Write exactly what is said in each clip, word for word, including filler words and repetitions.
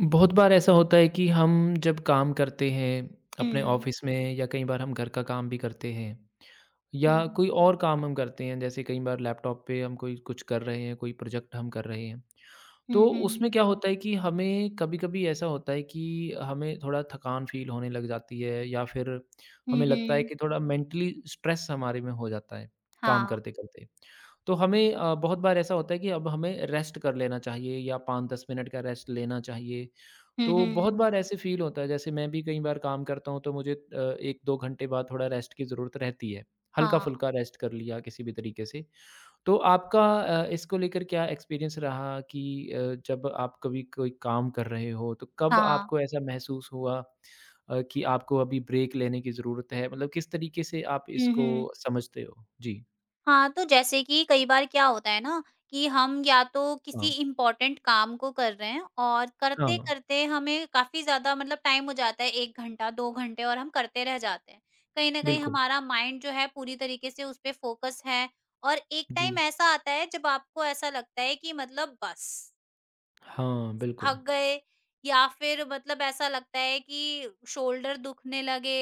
बहुत बार ऐसा होता है कि हम जब काम करते हैं अपने हुँ। ऑफिस में या कई बार हम घर का काम भी करते हैं या हुँ, कोई हुँ। और काम हम करते हैं जैसे कई बार लैपटॉप पे हम कोई कुछ कर रहे हैं कोई प्रोजेक्ट हम कर रहे हैं। तो हुँ, हुँ। उसमें क्या होता है कि हमें कभी कभी ऐसा होता है कि हमें थोड़ा थकान फील होने लग जाती है या फिर हुँ, हमें लगता है हुँ। कि थोड़ा मेंटली स्ट्रेस हमारे में हो जाता है काम हाँ। करते करते। तो हमें अ, बहुत बार ऐसा होता है कि अब हमें रेस्ट कर लेना चाहिए या पाँच दस मिनट का रेस्ट लेना चाहिए। हुँ, तो बहुत हुँ। बार ऐसे फ़ील होता है जैसे मैं भी कई बार काम करता हूँ तो मुझे अ, एक-दो घंटे बाद थोड़ा रेस्ट की ज़रूरत रहती है। हाँ, हल्का-फुल्का रेस्ट कर लिया किसी भी तरीके से। तो आपका अ, इसको लेकर क्या एक्सपीरियंस रहा कि अ, जब आप कभी कोई काम कर रहे हो तो कब हाँ। आपको ऐसा महसूस हुआ, अ, कि आपको अभी ब्रेक लेने की ज़रूरत है? मतलब किस तरीके से आप हुँ, इसको हुँ। समझते हो? जी। हाँ, तो जैसे कि कई बार क्या होता है ना कि हम या तो किसी हाँ, इम्पोर्टेंट काम को कर रहे हैं और हाँ, करते-करते हमें काफ़ी ज़्यादा मतलब टाइम हो जाता है एक घंटा, दो घंटे और हम करते रह जाते हैं। कहीं न कहीं बिल्कुल। हमारा माइंड जो है पूरी तरीके से उस पे फ़ोकस है और एक जी। टाइम ऐसा आता है जब आपको ऐसा लगता है कि मतलब बस हाँ, बिल्कुल। थक गए या फिर मतलब ऐसा लगता है कि शोल्डर दुखने लगे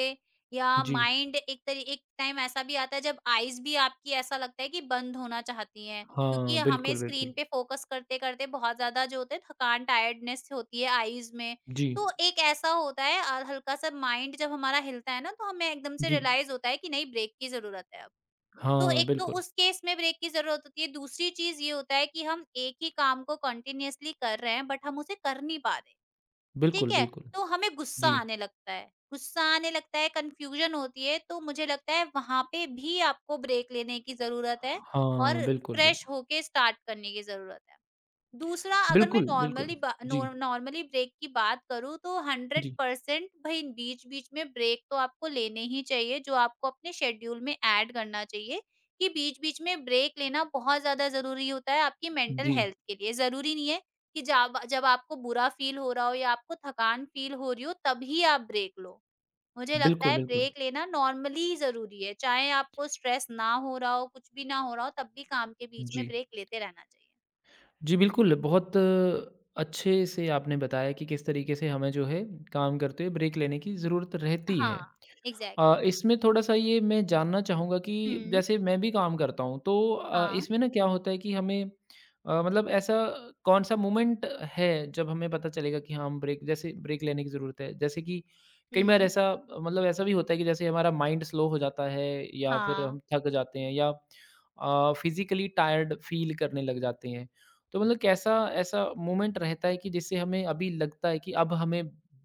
या जी। माइंड एक तरी एक टाइम ऐसा भी आता है जब आईज भी आपकी ऐसा लगता है कि बंद होना चाहती हैं हाँ, क्योंकि हमें बिल्कुल, बिल्कुल। स्क्रीन पे फोकस करते-करते बहुत ज़्यादा जो होता है थकान, टायर्डनेस होती है आईज में। जी, तो एक ऐसा होता है अ, हल्का-सा माइंड जब हमारा हिलता है ना तो हमें एकदम से जी। रियलाइज़ होता है कि नहीं ब्रेक की ज़रूरत है अब। तो हाँ, एक तो बिल्कुल। उस केस में ब्रेक की ज़रूरत होती है, दूसरी चीज़ ये होता है कि हम एक ही काम को कंटिन्यूअसली कर रहे हैं बट हम उसे कर नहीं पा रहे, ठीक बिल्कुल, है? बिल्कुल। तो हमें गुस्सा जी। आने लगता है, गुस्सा आने लगता है, कन्फ्यूज़न होती है, तो मुझे लगता है वहाँ पे भी आपको ब्रेक लेने की ज़रूरत है हाँ, और बिल्कुल, बिल फ्रेश होके स्टार्ट करने की ज़रूरत है। दूसरा अगर मैं बिल्कुल, बिल्कुल। नॉर्मली बा जी, नॉर नॉर्मली ब्रेक की बात करूँ तो जी, हंड्रेड परसेंट भई बीच-बीच में ब्रेक तो आपको लेने ही चाहिए, जो आपको अपने शेड्यूल में ऐड करना चाहिए कि बीच-बीच में ब्रेक लेना बहुत ज़्यादा ज़रूरी होता है आपकी मेंटल जी। हेल्थ के लिए। ज़रूरी नहीं है कि जाब जब आपको बुरा फ़ील हो रहा हो या आपको थकान फ़ील हो रही हो तभी आप ब्रेक लो। मुझे लगता बिल्कुल, है बिल्कुल। ब्रेक लेना नॉर्मली ही ज़रूरी है, चाहे आपको स्ट्रेस ना हो रहा हो, कुछ भी ना हो रहा हो, तब भी काम के बीच में जी। ब्रेक लेते रहना चाहिए। जी, बिल्कुल बहुत अ, अच्छे से आपने बताया कि किस तरीके से हमें जो है काम करते हुए ब्रेक लेने की ज़रूरत रहती है। हाँ, अ, एग्ज़ैक्टली। इसमें थोड़ा-सा ये मैं जानना चाहूँगा कि हुँ। जैसे मैं भी काम करता हूँ, तो अ, हाँ। इसमें ना क्या होता है कि हमें, अ, मतलब ऐसा कौन-सा मोमेंट है, जब हमें पता चलेगा कि हाँ, हम ब्रेक जैसे ब्रेक लेने की ज़रूरत है? जैसे कि कई बार हुँ। ऐसा मतलब ऐसा भी होता है कि जैसे हमारा माइंड स्लो हो जाता है या फिर हाँ, हम थक जाते हैं या अ, फिज़िकली टायर्ड फ़ील करने लग जाते हैं। तो मतलब कैसा ऐसा मोमेंट रहता है कि जिससे हमें अभी लगता है कि अब हमें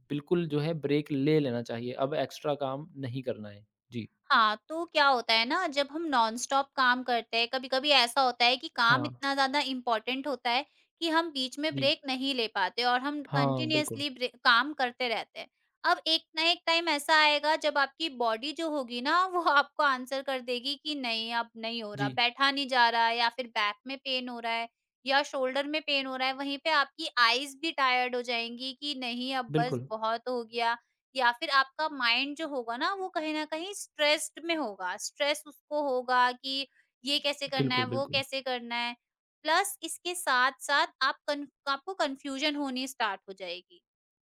बिल्कुल जो है ब्रेक ले लेना चाहिए, अब एक्स्ट्रा काम नहीं करना है? जी। हाँ, तो क्या होता है ना जब हम नॉन स्टॉप काम करते हैं, कभी-कभी ऐसा होता है कि काम हाँ। इतना ज़्यादा इम्पोर्टेंट होता है कि हम बीच में जी। ब्रेक नहीं ले पाते और हम हाँ, बिल्कुल। कंटिन्यूअसली ब्रे काम करते रहते हैं। अब एक ना एक टाइम ऐसा आएगा जब आपकी बॉडी जो होगी ना वो आपको आंसर कर देगी कि नहीं अब नहीं हो जी। रहा, बैठा नहीं जा रहा है या फिर बैक में पेन हो रहा है या शोल्डर में पेन हो रहा है, वहीं पे आपकी आईज़ भी टायर्ड हो जाएँगी कि नहीं अब बस बिल्कुल। बहुत हो गया। या फिर आपका माइंड जो होगा ना वो कहीं न कहीं स्ट्रेस्ड में होगा, स्ट्रेस उसको होगा कि ये कैसे करना बिल्कुल, है, वो बिल्कुल। कैसे करना है। प्लस इसके साथ-साथ आप कन आपको कन्फ्यूज़न होनी स्टार्ट हो जाएगी।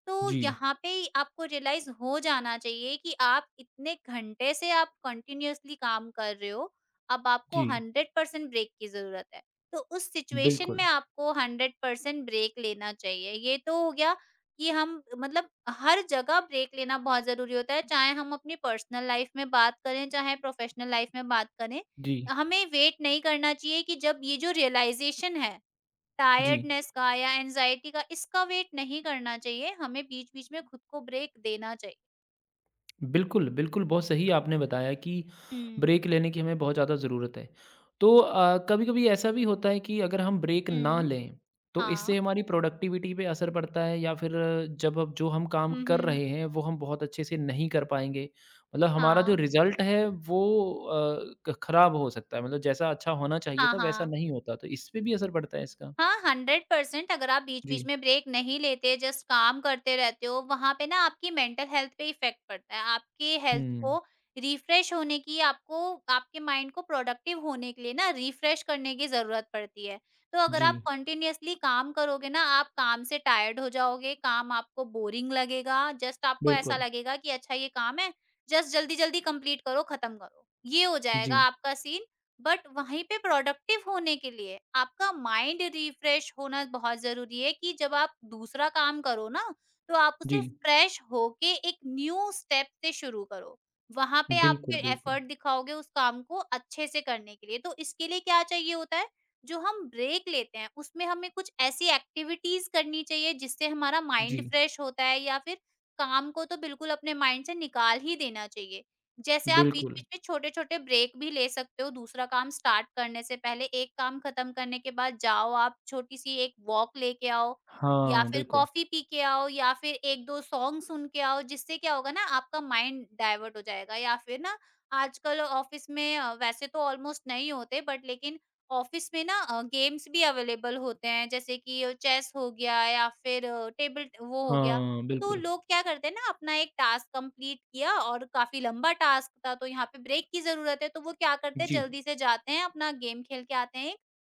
तो जी। यहाँ पे ही आपको रियलाइज़ हो जाना चाहिए कि आप इतने घंटे से आप कंटिन्यूअसली काम कर रहे हो, अब आपको जी। हंड्रेड परसेंट ब्रेक की ज़रूरत है। तो उस सिचुएशन में बिल्कुल। आपको हंड्रेड परसेंट ब्रेक लेना चाहिए। ये तो हो गया कि हम मतलब हर जगह ब्रेक लेना बहुत ज़रूरी होता है, चाहे हम अपनी पर्सनल लाइफ़ में बात करें, चाहे प्रोफ़ेशनल लाइफ़ में बात करें। जी। हमें वेट नहीं करना चाहिए कि जब ये जो रियलाइज़ेशन है जी। टायर्डनेस का या एंग्जायटी का इसका वेट नहीं करना चाहिए, हमें बीच-बीच में खुद को ब्रेक देना चाहिए। बिल्कुल, बिल्कुल, बहुत सही आपने बताया कि हुँ। ब्रेक लेने की हमें बहुत ज़्यादा ज़रूरत है। तो अ, कभी-कभी ऐसा भी होता है कि अगर हम ब्रेक ना हुँ। लें, तो हाँ। इससे हमारी प्रोडक्टिविटी पे असर पड़ता है या फिर, अ, जब अब जो हम काम हुँ, कर हुँ। रहे हैं, वो हम बहुत अच्छे से नहीं कर पाएँगे। मतलब हमारा जो हाँ, रिज़ल्ट है वो अ, क खराब हो सकता है, मतलब जैसा अच्छा होना चाहिए हाँ, था वैसा हाँ, नहीं होता, तो इस पे भी असर पड़ता है इसका? हाँ, हंड्रेड परसेंट अगर आप जी। बीच-बीच में ब्रेक नहीं लेते, जस्ट काम करते रहते हो, वहाँ पे ना आपकी मेंटल हेल्थ पे इफ़ेक्ट पड़ता है। आपकी हेल्थ हुँ, को रिफ्रेश होने की आपको आपके माइंड को प्रोडक्टिव होने के लिए ना रिफ्रेश करने की ज़रूरत पड़ती है। तो अगर जी, आप कंटिन्यूअसली काम करोगे ना, आप काम से टायर्ड हो जाओगे, काम आपको बोरिंग लगेगा, जस्ट आपको ऐसा बिल्कुल। लगेगा कि अच्छा ये काम है, जस्ट जल्दी-जल्दी कंप्लीट करो, खत्म करो। ये हो जी, जाएगा आपका सीन बट वहीं पे प्रोडक्टिव होने के लिए आपका माइंड रिफ्रेश होना बहुत जरूरी है कि जब आप दूसरा काम करो ना तो आप जी, उसे फ्रेश होके एक न्यू स्टेप से शुरू करो वहां पे आप बिल्कुल, फिर बिल्कुल। एफर्ट दिखाओगे उस काम को अच्छे से करने के लिए तो इसके लिए क्या चाहिए होता है जो हम ब्रेक लेते हैं उसमें हमें कुछ ऐसी एक्टिविटीज करनी चाहिए जिससे हमारा जी, माइंड फ्रेश होता है या फिर काम को तो बिल्कुल अपने माइंड से निकाल ही देना चाहिए जैसे आप बिल्कुल। बीच-बीच में छोटे-छोटे ब्रेक भी ले सकते हो, दूसरा काम स्टार्ट करने से पहले। एक काम खत्म करने के बाद जाओ आप छोटी-सी एक वॉक लेके आओ या हाँ, फिर बिल्कुल। कॉफ़ी पी के आओ या फिर एक-दो सॉन्ग सुन के आओ, जिससे क्या होगा ना आपका माइंड डाइवर्ट हो जाएगा। या फिर ना आजकल ऑफ़िस में अ, वैसे तो ऑलमोस्ट नहीं होते बट लेकिन ऑफ़िस में ना अ, गेम्स भी अवेलेबल होते हैं, जैसे कि अ, चेस हो गया या फिर अ, टेबल वो हो गया। हाँ, तो बिल्कुल। लोग क्या करते हैं ना अपना एक टास्क कंप्लीट किया और काफ़ी लंबा टास्क था तो यहाँ पे ब्रेक की ज़रूरत है, तो वो क्या करते हैं जी, जल्दी से जाते हैं अपना गेम खेल के आते हैं,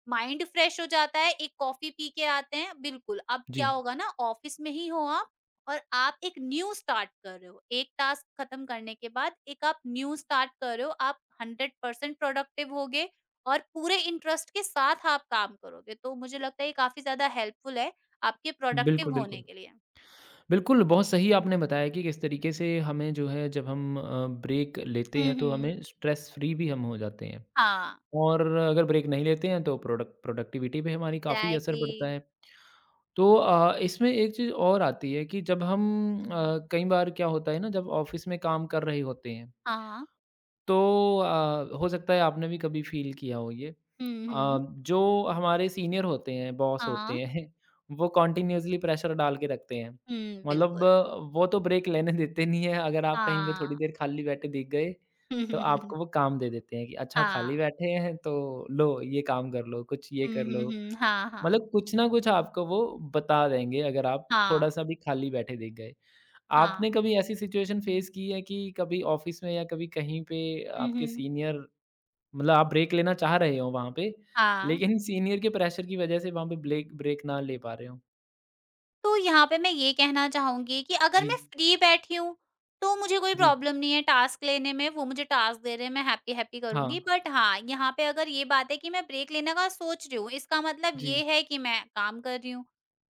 माइंड फ्रेश हो जाता है, एक कॉफ़ी पी के आते हैं बिल्कुल, अब जी। क्या होगा ना ऑफ़िस में ही हो आप और आप एक न्यू स्टार्ट कर रहे हो, एक टास्क खत्म करने के बाद एक आप न्यू स्टार्ट कर रहे हो, आप हंड्रेड परसेंट प्रोडक्टिव होगे और पूरे इंटरेस्ट के साथ आप काम करोगे, तो मुझे लगता है ये काफ़ी ज़्यादा हेल्पफुल है आपके बिल्कुल, प्रोडक्टिव होने बिल्कुल। के लिए। बिल्कुल, बहुत सही आपने बताया कि किस तरीके से हमें जो है जब हम अ, ब्रेक लेते हुँ, हैं तो हुँ। हमें स्ट्रेस फ्री भी हम हो जाते हैं। हाँ। और अगर ब्रेक नहीं लेते हैं तो प्रोडक्ट प्रोडक्टिविटी पे हमारी काफ़ी असर एग्ज़ैक्टली। पड़ता है। तो अ, इसमें एक चीज़ और आती है कि जब हम, अ, कई बार क्या होता है ना जब ऑफ़िस में काम कर रहे होते हैं हाँ। तो अ, हो सकता है आपने भी कभी फ़ील किया हो ये। हुँ, अ, हुँ। जो हमारे सीनियर होते हैं, बॉस होते हाँ। हैं, वो कॉन्टिन्यूअसली प्रेशर डाल के रखते हैं। हुँ, मतलब बिल्कुल। अ, वो तो ब्रेक लेने देते नहीं हैं, अगर आप कहीं पे थोड़ी हाँ। देर खाली बैठे दिख गए, हुँ, तो हुँ, हुँ, हुँ। आपको वो काम दे देते हैं कि अच्छा खाली हाँ। बैठे हैं तो लो ये काम कर लो, कुछ ये हुँ, कर हुँ, लो। हुँ। हाँ, हाँ। मतलब कुछ ना कुछ आपको वो बता देंगे अगर आप हाँ, थोड़ा-सा भी खाली बैठे दिख गए। हाँ। आपने कभी ऐसी सिचुएशन फेस की है कि कभी ऑफिस में या कभी कहीं पे हुँ, आपके हुँ। सीनियर, मतलब आप ब्रेक लेना चाह रहे हो वहाँ पे, हाँ। लेकिन सीनियर के प्रेशर की वजह से वहाँ पे ब्रेक ब्रेक ना ले पा रहे हो? तो यहाँ पे मैं ये कहना चाहूँगी कि अगर जी, मैं फ्री बैठी हूँ, तो मुझे कोई जी। प्रॉब्लम नहीं है टास्क लेने में, वो मुझे टास्क दे रहे हैं, मैं हैप्पी-हैप्पी हाँ, करूँगी। बट हाँ, यहाँ पे अगर ये बात है कि मैं ब्रेक लेने का सोच रही हूँ, इसका मतलब जी। ये है कि मैं काम कर रही हूँ।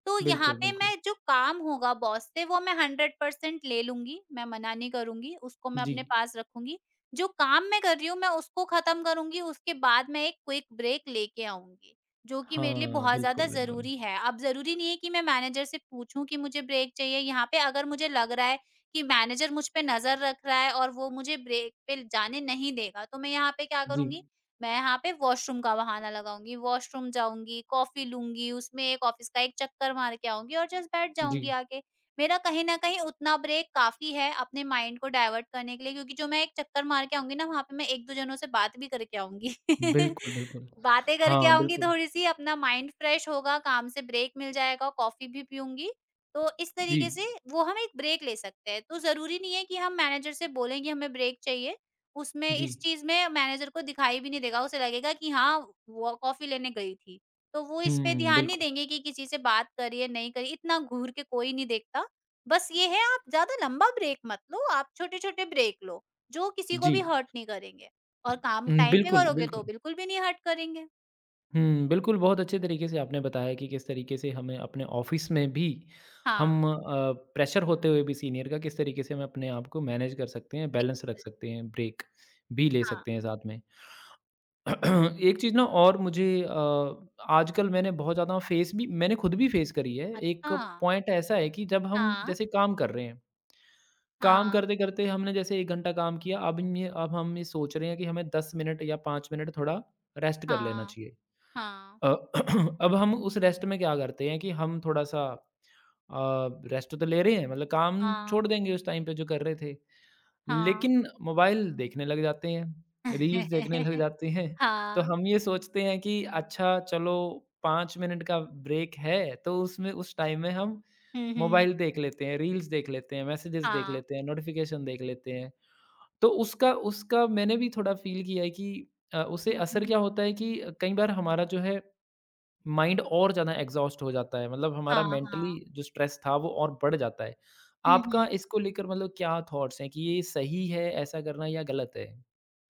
तो यहाँ बिल्कुल, पे बिल्कुल। मैं जो काम होगा बॉस से वो मैं हंड्रेड परसेंट ले लूँगी, मैं मना नहीं करूँगी, उसको मैं जी। अपने पास रखूँगी। जो काम मैं कर रही हूँ, मैं उसको खत्म करूँगी, उसके बाद मैं एक क्विक ब्रेक लेके आऊँगी। जो कि मेरे लिए हाँ, बहुत ज़्यादा बिल्कुल, बिल्कुल। ज़रूरी है। अब ज़रूरी नहीं है कि मैं मैनेजर से पूछूँ कि मुझे ब्रेक चाहिए, यहाँ पे अगर मुझे लग रहा है कि मैनेजर मुझ पे नज़र रख रहा है और वो मुझे ब्रेक पे जाने नहीं देगा, तो मैं यहाँ पे क्या जी, करूँगी, मैं यहाँ पे वॉशरूम का बहाना लगाऊँगी। वॉशरूम जाऊँगी, कॉफ़ी लूँगी, उसमें एक ऑफ़िस का एक चक्कर मार के आऊँगी और जस्ट बैठ जी। जाऊँगी आके। मेरा कहीं न कहीं उतना ब्रेक काफ़ी है अपने माइंड को डाइवर्ट करने के लिए क्योंकि जो मैं एक चक्कर मार के आऊँगी ना, वहाँ पे मैं एक-दो जनों से बात भी करके आऊँगी। बिल्कुल, बिल्कुल। बातें करके हाँ, आऊँगी बिल्कुल। थोड़ी-सी अपना माइंड फ्रेश होगा, काम से ब्रेक मिल जाएगा, कॉफ़ी भी पीऊँगी। तो इस जी, तरीके से वो हम एक ब्रेक ले सकते हैं। तो ज़रूरी नहीं है कि हम मैनेजर से बोलें कि हमें ब्रेक चाहिए, उसमें जी। इस चीज़ में मैनेजर को दिखाई भी नहीं देगा, उसे लगेगा कि हाँ, वो कॉफ़ी लेने गई थी। तो वो इस पे हुँ, ध्यान नहीं बिल्कुल। देंगे कि किसी से बात करी है, नहीं करी, इतना घूर के कोई नहीं देखता। बस ये है आप ज़्यादा लंबा ब्रेक मत लो, आप छोटे-छोटे ब्रेक लो, जो किसी को जी। भी हर्ट नहीं करेंगे। और काम उम, टाइम पे बिल्कुल, करोगे तो बिल्कुल। बिल्कुल भी नहीं हर्ट करेंगे। हुँ, बिल्कुल, बहुत अच्छे तरीके से आपने बताया कि किस तरीके से हमें अपने ऑफ़िस में भी हम, हाँ, अ, प्रेशर होते हुए भी सीनियर का किस तरीके से हम अपने आप को मैनेज कर सकते हैं, बे बैलेंस रख सकते हैं, ब्रेक भी ले हाँ, सकते हैं साथ में। एक चीज़ ना और मुझे अ, आजकल मैंने बहुत ज़्यादा फ़ेस भी मैंने खुद भी फ़ेस करी है। एक अच्छा, पॉइंट ऐसा है कि जब हम हाँ, जैसे काम कर रहे हैं, काम हाँ, करते-करते हमने जैसे एक घंटा काम किया, अब ये अब हम ये सोच रहे हैं कि हमें दस मिनट या पाँच मिनट थोड़ा रेस्ट कर लेना हाँ, चाहिए। हाँ, अ, अब हम उस रेस्ट में क्या करते हैं कि हम थोड़ा-सा अ, रेस्ट तो ले रहे हैं मतलब काम हाँ, छोड़ देंगे उस टाइम पे जो कर रहे थे। हाँ। लेकिन मोबाइल देखने लग जाते हैं, रील्स देखने लग जाते हैं। तो हाँ। हम ये सोचते हैं कि अच्छा चलो पाँच मिनट का ब्रेक है तो उसमें उस टाइम में हम हुँ, हुँ। मोबाइल देख लेते हैं, रील्स देख लेते हैं, मैसेजेस देख हाँ। लेते हैं, नोटिफ़िकेशन देख लेते हैं। तो उसका उसका मैंने भी थोड़ा फ़ील किया है कि अ, उससे हुँ, असर हुँ। क्या होता है कि कई बार हमारा जो है माइंड और ज़्यादा एग्ज़ॉस्ट हो जाता है, मतलब हमारा हाँ, मेंटली हाँ। जो स्ट्रेस था वो और बढ़ जाता है। हुँ, आपका हुँ। इसको लेकर मतलब क्या थॉट्स हैं कि ये सही है ऐसा करना या गलत है?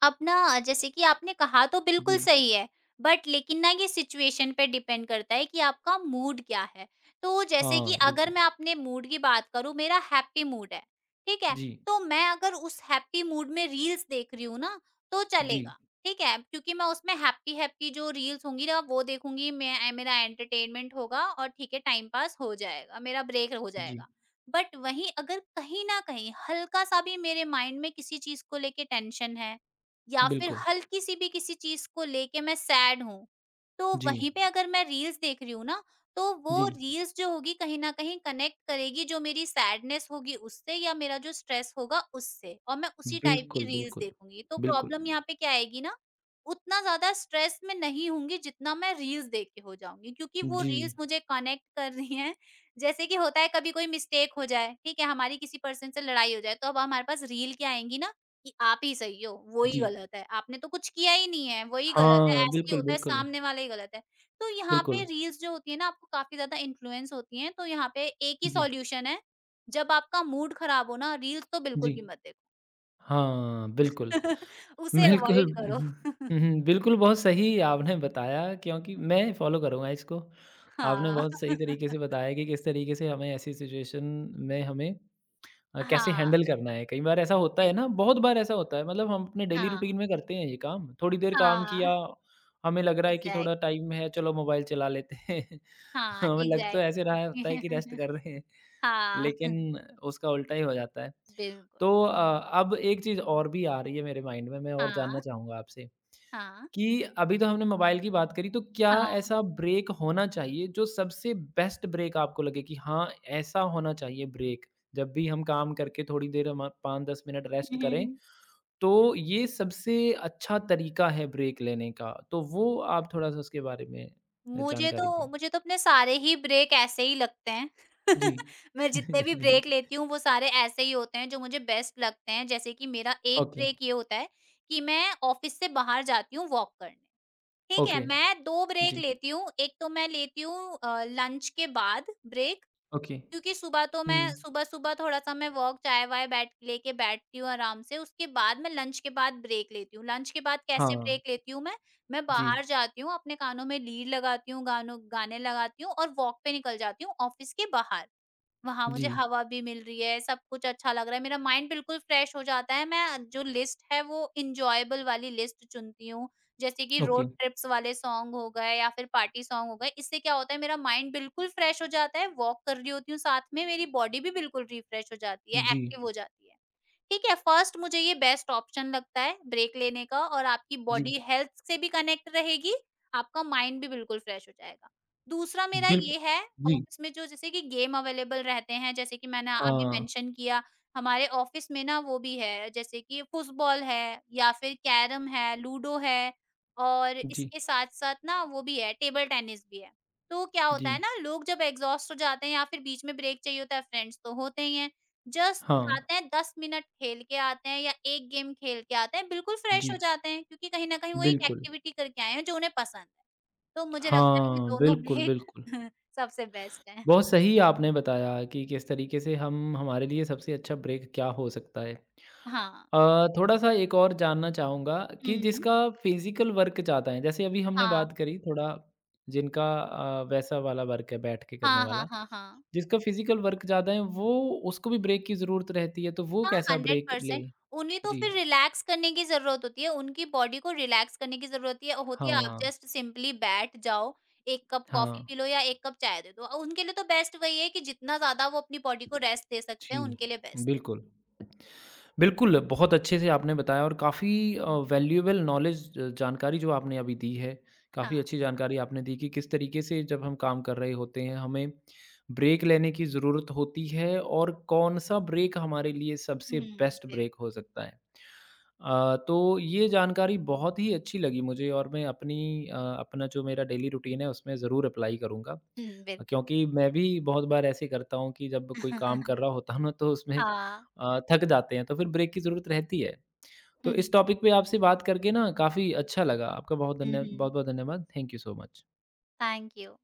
अब ना जैसे कि आपने कहा तो बिल्कुल जी। सही है, बट लेकिन ना ये सिचुएशन पे डिपेंड करता है कि आपका मूड क्या है। तो जैसे हाँ, कि अगर बिल्कुल। मैं अपने मूड की बात करूँ, मेरा हैप्पी मूड है, ठीक है? जी, तो मैं अगर उस हैप्पी मूड में रील्स देख रही हूँ ना, तो जी, चलेगा, ठीक है? क्योंकि मैं उसमें हैप्पी-हैप्पी जो रील्स होंगी ना वो देखूँगी, मैं मेरा एंटरटेनमेंट होगा और ठीक है टाइम पास हो जाएगा, मेरा ब्रेक हो जी, जाएगा। बट वहीं अगर कहीं न कहीं हल्का-सा भी मेरे माइंड में किसी चीज़ को लेके टेंशन है या फिर बिल्कुल। हल्की सी भी किसी चीज को लेके मैं सैड हूँ, तो जी, वहीं पे अगर मैं रील्स देख रही हूँ ना, तो जी, वो रील्स जो होगी कहीं न कहीं कनेक्ट करेगी जो मेरी सैडनेस होगी उससे या मेरा जो स्ट्रेस होगा उससे और मैं उसी टाइप बिल्कुल, की रील्स बिल्कुल, देखूँगी। तो बिल्कुल। प्रॉब्लम यहाँ पे क्या आएगी ना, उतना ज़्यादा स्ट्रेस में नहीं होंगी जितना मैं रील्स देख के हो जाऊँगी क्योंकि वो जी, रील्स मुझे कनेक्ट कर रही हैं। जैसे कि होता है कभी कोई मिस्टेक हो जाए, ठीक है? हमारी किसी पर्सन से लड़ाई हो जाए, तो अब हमारे पास रील क्या आएँगी ना कि आप ही सही हो, वो ही जी। गलत है, आपने तो कुछ किया ही नहीं है, वही गलत है, हाँ, ऐसे ही बिल्कुल, होता है, बिल्कुल, सामने वाला ही गलत है। तो यहाँ पे बिल्कुल। रील्स जो होती है ना आपको काफ़ी ज़्यादा इन्फ्लुएंस होती हैं, तो यहाँ पे एक ही जी, सॉल्यूशन है, जब आपका मूड खराब हो ना रील्स तो बिल्कुल जी। भी मत देखो। हाँ, बिल्कुल। उसे बिल्कुल। अवॉइड करो। हुँ, हुँ, बिल्कुल, बहुत सही आपने बताया क्योंकि मैं फ़ॉलो करूँगा इसको। आपने हाँ, बहुत सही तरीके से बताया कि किस तरीके से हमें ऐसी सिचुएशन में हमें अ, कैसे हाँ, हैंडल करना है। कई बार ऐसा होता है ना, बिल्कुल, बहुत बार ऐसा होता है मतलब हम अपने डेली हाँ, रूटीन में करते हैं ये काम। थोड़ी देर काम हाँ, किया, हमें लग रहा है कि थोड़ा एग्ज़ैक्ट टाइम है, चलो मोबाइल चला लेते हैं। हाँ, हमें लग तो ऐसे रहा होता है कि रेस्ट एग्ज़ैक्टली। कर रहे हैं, हाँ, लेकिन उसका उल्टा ही हो जाता है। तो बिल्कुल, अ, अब एक चीज़ और भी आ रही है मेरे माइंड में, मैं और जानना हाँ, चाहूँगा आपसे हाँ, कि अभी तो हमने मोबाइल की बात करी, तो क्या हाँ। ऐसा ब्रेक होना चाहिए जो सबसे बेस्ट ब्रेक आपको लगे कि हाँ, ऐसा होना चाहिए ब्रेक? जब भी हम काम करके थोड़ी देर हम पाँच दस मिनट रेस्ट हुँ, हुँ, करें, हुँ। तो ये सबसे अच्छा तरीका है ब्रेक लेने का। तो वो आप थोड़ा-सा उसके बारे में मुझे जानकारी तो दें? मुझे तो अपने सारे ही ब्रेक ऐसे ही लगते हैं। जी। मैं जितने भी जी। ब्रेक लेती हूँ वो सारे ऐसे ही होते हैं जो मुझे बेस्ट लगते हैं। जैसे कि मेरा एक ओके, ब्रेक ये होता है कि मैं ऑफ़िस से बाहर जाती हूँ वॉक करने, ठीक है? ओके। मैं दो ब्रेक जी, लेती हूँ। एक तो मैं लेती हूँ अ, लंच के बाद ब्रेक ओके। क्योंकि सुबह तो हुँ। मैं सुबह-सुबह थोड़ा-सा मैं वॉक, चाय-वाय बैठ लेके बैठती हूँ आराम से, उसके बाद मैं लंच के बाद ब्रेक लेती हूँ। लंच के बाद कैसे हाँ। ब्रेक लेती हूँ मैं? मैं जी, बाहर जाती हूँ, अपने कानों में लीड लगाती हूँ, गानों गाने लगाती हूँ और वॉक पे निकल जाती हूँ ऑफ़िस के बाहर। वहाँ जी। मुझे हवा भी मिल रही है, सब कुछ अच्छा लग रहा है, मेरा माइंड बिल्कुल फ्रेश हो जाता है, मैं जो लिस्ट है वो एन्जॉयबल वाली लिस्ट चुनती हूँ। जैसे कि ओके। रोड ट्रिप्स वाले सॉन्ग हो गए या फिर पार्टी सॉन्ग हो गए, इससे क्या होता है मेरा माइंड बिल्कुल फ्रेश हो जाता है, वॉक कर रही होती हूँ साथ में, मेरी बॉडी भी बिल्कुल रिफ्रेश हो जाती है, जी, एक्टिव हो जाती है। ठीक है? फर्स्ट मुझे ये बेस्ट ऑप्शन लगता है ब्रेक लेने का और आपकी जी। बॉडी हेल्थ से भी कनेक्ट रहेगी, आपका माइंड भी बिल्कुल फ्रेश हो जाएगा। दूसरा मेरा बिल्क ये है जी। ऑफिस में जो जैसे कि गेम अवेलेबल रहते हैं, जैसे कि मैंने अभी हाँ। मेंशन किया हमारे ऑफिस में ना वो भी है जैसे कि फुटबॉल है या फिर कैरम है, लूडो है और जी, इसके साथ-साथ ना वो भी है टेबल टेनिस भी है। तो क्या जी। होता है ना लोग जब एग्ज़ॉस्ट हो जाते हैं या फिर बीच में ब्रेक चाहिए होता है, फ्रेंड्स तो होते ही हैं। जस्ट हाँ। जाते हैं दस मिनट खेल के आते हैं या एक गेम खेल के आते हैं, बिल्कुल फ्रेश हो जी, जाते हैं क्योंकि कहीं न कहीं वो एक बिल्कुल। एक्टिविटी करके आए हैं जो उन्हें पसंद है। तो मुझे लगता है ये हाँ, दोनों बिल्कुल, ब्रेक बिल्कुल। सबसे बेस्ट हैं। बहुत सही आपने बताया कि किस तरीके से हम हमारे लिए सबसे अच्छा ब्रेक क्या हो सकता है। हाँ। अ, थोड़ा सा एक और जानना चाहूँगा कि हुँ। जिसका फिजिकल वर्क ज़्यादा है जैसे अभी हमने हाँ। बात करी थोड़ा जिनका, अ, वैसा वाला वर्क है बैठ के करने हाँ, हाँ, वाला हाँ, हाँ। जिसका फिजिकल वर्क ज़्यादा है वो उसको भी ब्रेक की ज़रूरत रहती है तो वो हाँ, कैसा ब्रेक ले? हंड्रेड परसेंट उन्हें तो जी। फिर रिलैक्स करने की ज़रूरत होती है, उनकी बॉडी को रिलैक्स करने की ज़रूरत है होती है, आप हाँ। जस्ट सिंपली बैठ जाओ, एक कप कॉफ़ी हाँ। पी लो या एक कप चाय दे दो। और उनके लिए तो बेस्ट वही है कि जितना ज़्यादा वो अपनी बॉडी को रेस्ट दे सकते जी। हैं, उनके लिए बेस्ट है। बिल्कुल। बिल्कुल, बहुत अच्छे से आपने बताया और काफ़ी अ, वैल्यूएबल नॉलेज ज जानकारी जो आपने अभी दी है, काफ़ी हाँ। अच्छी जानकारी आपने दी कि किस तरीके से जब हम काम कर रहे होते हैं, हमें ब्रेक लेने की ज़रूरत होती है और कौन-सा ब्रेक हमारे लिए हुँ, सबसे बेस्ट बिल्कुल। ब्रेक हो सकता है। अ, तो ये जानकारी बहुत ही अच्छी लगी मुझे और मैं अपनी, अ, अपना जो मेरा डेली रूटीन है, उसमें ज़रूर अप्लाई करूँगा। हुँ, बिल्कुल। क्योंकि मैं भी बहुत बार ऐसे करता हूँ कि जब कोई काम कर रहा होता हूँ ना, तो उसमें हाँ। अ, थक जाते हैं, तो फिर ब्रेक की ज़रूरत रहती है। तो हुँ, इस हुँ। टॉपिक पे आपसे बात करके ना काफ़ी अच्छा लगा। आपका बहुत हुँ, धन्य हुँ। बहुत-बहुत धन्यवाद। Thank you so much. Thank you.